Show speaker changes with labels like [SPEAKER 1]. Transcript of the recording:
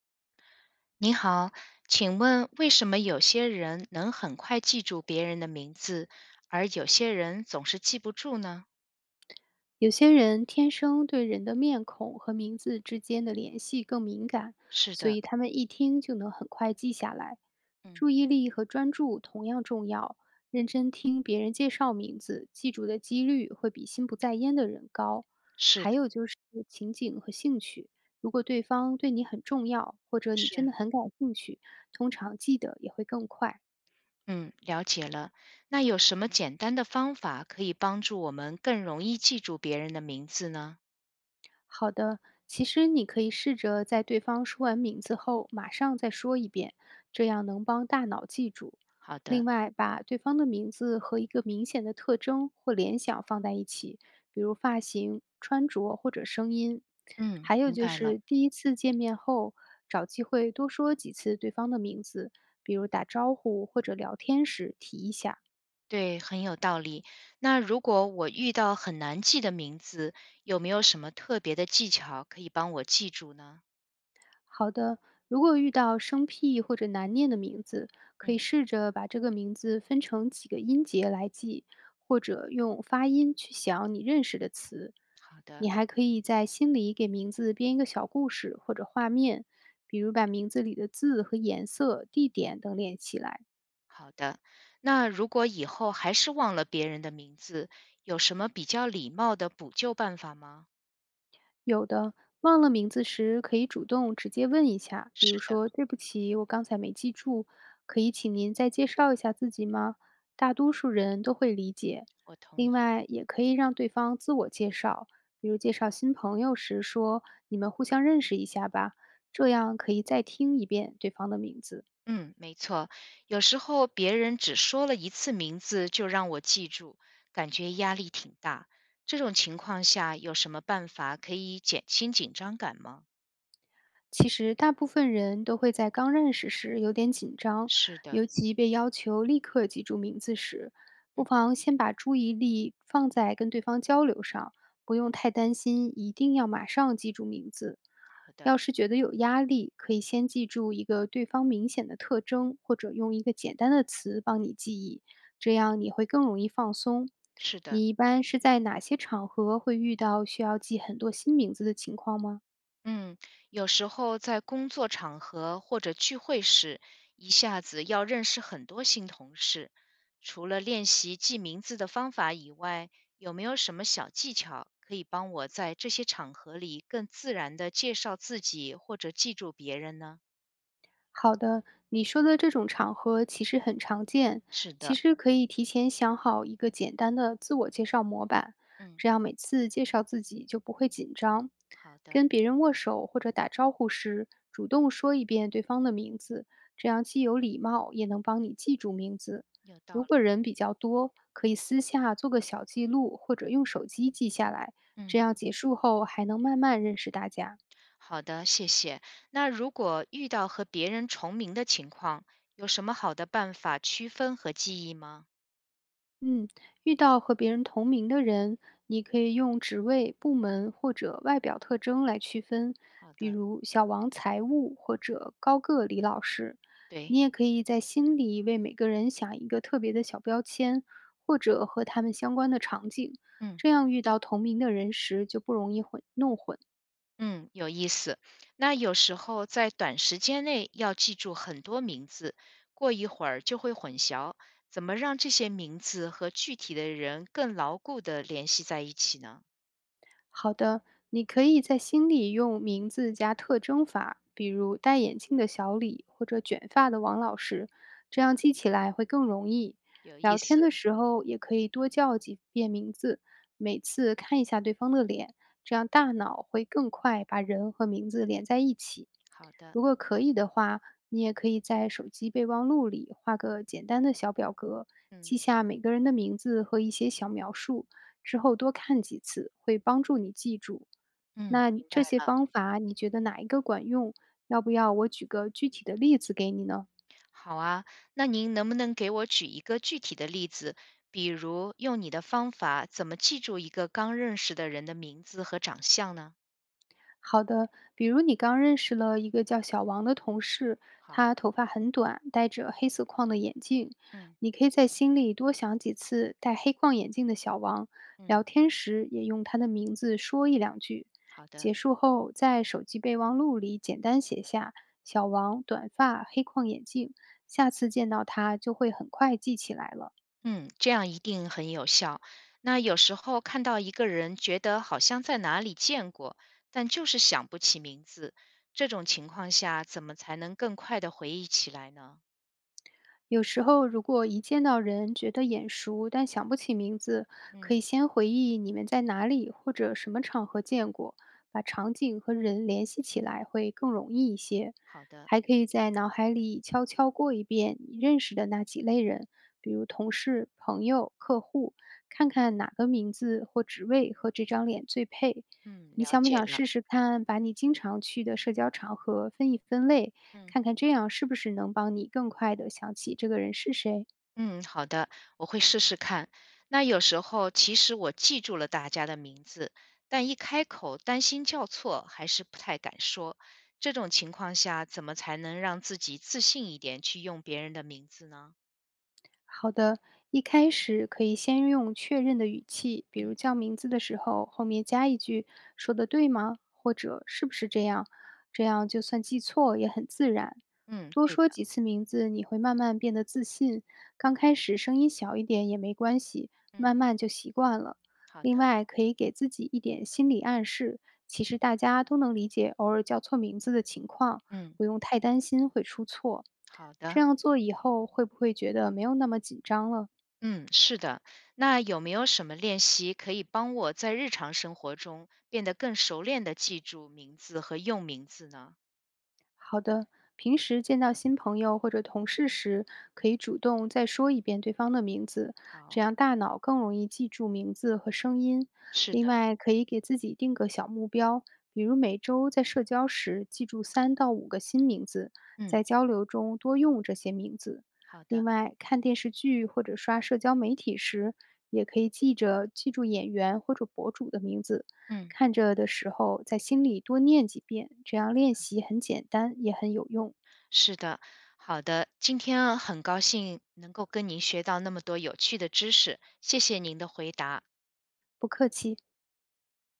[SPEAKER 1] 你好，请问为什么有些人能很快记住别人的名字，而有些人总是记不住呢？
[SPEAKER 2] 有些人天生对人的面孔和名字之间的联系更敏感，
[SPEAKER 1] 是
[SPEAKER 2] 所
[SPEAKER 1] 的，
[SPEAKER 2] 以他们一听就能很快记下来。
[SPEAKER 1] 嗯，
[SPEAKER 2] 注意力和专注同样重要，认真听别人介绍名字，记住的几率会比心不在焉的人高。
[SPEAKER 1] 是的，
[SPEAKER 2] 还有就是情景和兴趣，如果对方对你很重要，或者你真
[SPEAKER 1] 是，
[SPEAKER 2] 的很感兴趣，通常记得也会更快。
[SPEAKER 1] 嗯，了解了。那有什么简单的方法可以帮助我们更容易记住别人的名字呢？
[SPEAKER 2] 好的，其实你可以试着在对方说完名字后，马上再说一遍，这样能帮大脑记住。
[SPEAKER 1] 好的，
[SPEAKER 2] 另外，把对方的名字和一个明显的特征或联想放在一起，比如发型、穿着或者声音。
[SPEAKER 1] 嗯，
[SPEAKER 2] 还有
[SPEAKER 1] 明
[SPEAKER 2] 就
[SPEAKER 1] 白了。
[SPEAKER 2] 是第一次见面后，找机会多说几次对方的名字，比如打招呼或者聊天时提一下。
[SPEAKER 1] 对，很有道理。那如果我遇到很难记的名字，有没有什么特别的技巧可以帮我记住呢？
[SPEAKER 2] 好的，如果遇到生僻或者难念的名字，可
[SPEAKER 1] 嗯，
[SPEAKER 2] 以试着把这个名字分成几个音节来记，或者用发音去想你认识的词。
[SPEAKER 1] 好的。
[SPEAKER 2] 你还可以在心里给名字编一个小故事或者画面，比如把名字里的字和颜色、地点等连起来。
[SPEAKER 1] 好的，那如果以后还是忘了别人的名字，有什么比较礼貌的补救办法吗？
[SPEAKER 2] 有的，忘了名字时可以主动直接问一下，比
[SPEAKER 1] 是
[SPEAKER 2] 如
[SPEAKER 1] 的，
[SPEAKER 2] 说“对不起，我刚才没记住，可以请您再介绍一下自己吗？”大多数人都会理解。
[SPEAKER 1] 我同
[SPEAKER 2] 另
[SPEAKER 1] 意。
[SPEAKER 2] 外，也可以让对方自我介绍，比如介绍新朋友时说“你们互相认识一下吧”，这样可以再听一遍对方的名字。
[SPEAKER 1] 嗯，没错，有时候别人只说了一次名字就让我记住，感觉压力挺大。这种情况下，有什么办法可以减轻紧张感吗？
[SPEAKER 2] 其实大部分人都会在刚认识时有点紧张，
[SPEAKER 1] 是的。
[SPEAKER 2] 尤其被要求立刻记住名字时，不
[SPEAKER 1] 嗯，
[SPEAKER 2] 妨先把注意力放在跟对方交流上，不用太担心一定要马上记住名字。
[SPEAKER 1] 好的，
[SPEAKER 2] 要是觉得有压力，可以先记住一个对方明显的特征，或者用一个简单的词帮你记忆，这样你会更容易放松。
[SPEAKER 1] 是的。
[SPEAKER 2] 你一般是在哪些场合会遇到需要记很多新名字的情况吗？
[SPEAKER 1] 嗯，有时候在工作场合或者聚会时，一下子要认识很多新同事，除了练习记名字的方法以外，有没有什么小技巧可以帮我在这些场合里更自然地介绍自己或者记住别人呢？
[SPEAKER 2] 好的，你说的这种场合其实很常见，
[SPEAKER 1] 是
[SPEAKER 2] 其
[SPEAKER 1] 的，
[SPEAKER 2] 实可以提前想好一个简单的自我介绍模板，
[SPEAKER 1] 嗯，
[SPEAKER 2] 这样每次介绍自己就不会紧张。
[SPEAKER 1] 好的，
[SPEAKER 2] 跟别人握手或者打招呼时，主动说一遍对方的名字，这样既有礼貌，也能帮你记住名字。
[SPEAKER 1] 有道
[SPEAKER 2] 如果
[SPEAKER 1] 理，
[SPEAKER 2] 人比较多，可以私下做个小记录，或者用手机记下来，
[SPEAKER 1] 嗯，
[SPEAKER 2] 这样结束后还能慢慢认识大家。
[SPEAKER 1] 好的，谢谢。那如果遇到和别人重名的情况，有什么好的办法区分和记忆吗？
[SPEAKER 2] 嗯，遇到和别人同名的人，你可以用职位、部门或者外表特征来区分，
[SPEAKER 1] 好
[SPEAKER 2] 比
[SPEAKER 1] 的，
[SPEAKER 2] 如小王财务或者高个李老师。
[SPEAKER 1] 对，
[SPEAKER 2] 你也可以在心里为每个人想一个特别的小标签，或者和他们相关的场景，
[SPEAKER 1] 嗯。
[SPEAKER 2] 这样遇到同名的人时就不容易混。
[SPEAKER 1] 嗯，有意思。那有时候在短时间内要记住很多名字，过一会儿就会混淆。怎么让这些名字和具体的人更牢固地联系在一起呢？
[SPEAKER 2] 好的，你可以在心里用名字加特征法，比如戴眼镜的小李或者卷发的王老师，这样记起来会更容易。
[SPEAKER 1] 有意
[SPEAKER 2] 聊天
[SPEAKER 1] 思。
[SPEAKER 2] 的时候也可以多叫几遍名字，每次看一下对方的脸，这样大脑会更快把人和名字连在一起。
[SPEAKER 1] 好的，
[SPEAKER 2] 如果可以的话，你也可以在手机备忘录里画个简单的小表格，
[SPEAKER 1] 嗯
[SPEAKER 2] 记下每个人的名字和一些小描述。之后多看几次，会帮助你记住。
[SPEAKER 1] 嗯，
[SPEAKER 2] 那
[SPEAKER 1] 明白
[SPEAKER 2] 这些
[SPEAKER 1] 了。
[SPEAKER 2] 方法你觉得哪一个管用？要不要我举个具体的例子给你呢？
[SPEAKER 1] 好啊，那您能不能给我举一个具体的例子？比如用你的方法，怎么记住一个刚认识的人的名字和长相呢？
[SPEAKER 2] 好的，比如你刚认识了一个叫小王的同事，
[SPEAKER 1] 好，
[SPEAKER 2] 他头发很短，戴着黑色框的眼镜。
[SPEAKER 1] 嗯
[SPEAKER 2] 你可以在心里多想几次戴黑框眼镜的小王，
[SPEAKER 1] 嗯，
[SPEAKER 2] 聊天时也用他的名字说一两句。
[SPEAKER 1] 好的。
[SPEAKER 2] 结束后，在手机备忘录里简单写下“小王短发黑框眼镜”，下次见到他就会很快记起来了。
[SPEAKER 1] 嗯，这样一定很有效。那有时候看到一个人，觉得好像在哪里见过，但就是想不起名字，这种情况下，怎么才能更快的回忆起来呢？
[SPEAKER 2] 有时候如果一见到人觉得眼熟，但想不起名字，可
[SPEAKER 1] 嗯，
[SPEAKER 2] 以先回忆你们在哪里或者什么场合见过，把场景和人联系起来会更容易一些。
[SPEAKER 1] 好的，
[SPEAKER 2] 还可以在脑海里悄悄过一遍你认识的那几类人，比如同事、朋友、客户，看看哪个名字或职位和这张脸最配。
[SPEAKER 1] 嗯，
[SPEAKER 2] 你
[SPEAKER 1] 了
[SPEAKER 2] 想不
[SPEAKER 1] 解
[SPEAKER 2] 想
[SPEAKER 1] 了，
[SPEAKER 2] 试试看，把你经常去的社交场合分一分类，
[SPEAKER 1] 嗯
[SPEAKER 2] 看看这样是不是能帮你更快地想起这个人是谁。
[SPEAKER 1] 嗯，好的，我会试试看。那有时候其实我记住了大家的名字，但一开口担心叫错，还是不太敢说。这种情况下，怎么才能让自己自信一点去用别人的名字呢？
[SPEAKER 2] 好的，一开始可以先用确认的语气，比
[SPEAKER 1] 嗯
[SPEAKER 2] 如叫名字的时候，后面加一句“说的对吗？”或者“是不是这样？”这样就算记错也很自然。
[SPEAKER 1] 嗯，
[SPEAKER 2] 多
[SPEAKER 1] 对的，
[SPEAKER 2] 说几次名字，你会慢慢变得自信。刚开始声音小一点也没关系，
[SPEAKER 1] 嗯，
[SPEAKER 2] 慢慢就习惯了。
[SPEAKER 1] 好
[SPEAKER 2] 另
[SPEAKER 1] 的，
[SPEAKER 2] 外，可以给自己一点心理暗示，其实大家都能理解偶尔叫错名字的情况。
[SPEAKER 1] 嗯，
[SPEAKER 2] 不用太担心会出错。
[SPEAKER 1] 好
[SPEAKER 2] 这
[SPEAKER 1] 的，
[SPEAKER 2] 样做以后会不会觉得没有那么紧张了？
[SPEAKER 1] 嗯，是的。那有没有什么练习可以帮我在日常生活中变得更熟练的记住名字和用名字呢？
[SPEAKER 2] 好的，平时见到新朋友或者同事时，可以主动再说一遍对方的名字，这
[SPEAKER 1] 好，
[SPEAKER 2] 样大脑更容易记住名字和声音。
[SPEAKER 1] 是
[SPEAKER 2] 另
[SPEAKER 1] 的，
[SPEAKER 2] 外，可以给自己定个小目标，比如每周在社交时记住3到5个新名字，
[SPEAKER 1] 嗯，
[SPEAKER 2] 在交流中多用这些名字。
[SPEAKER 1] 好
[SPEAKER 2] 另
[SPEAKER 1] 的，
[SPEAKER 2] 外，看电视剧或者刷社交媒体时，也可以记着记住演员或者博主的名字，
[SPEAKER 1] 嗯，
[SPEAKER 2] 看着的时候，在心里多念几遍，这样练习很简单，也很有用。
[SPEAKER 1] 是的，好的。今天很高兴能够跟您学到那么多有趣的知识，谢谢您的回答。
[SPEAKER 2] 不客气。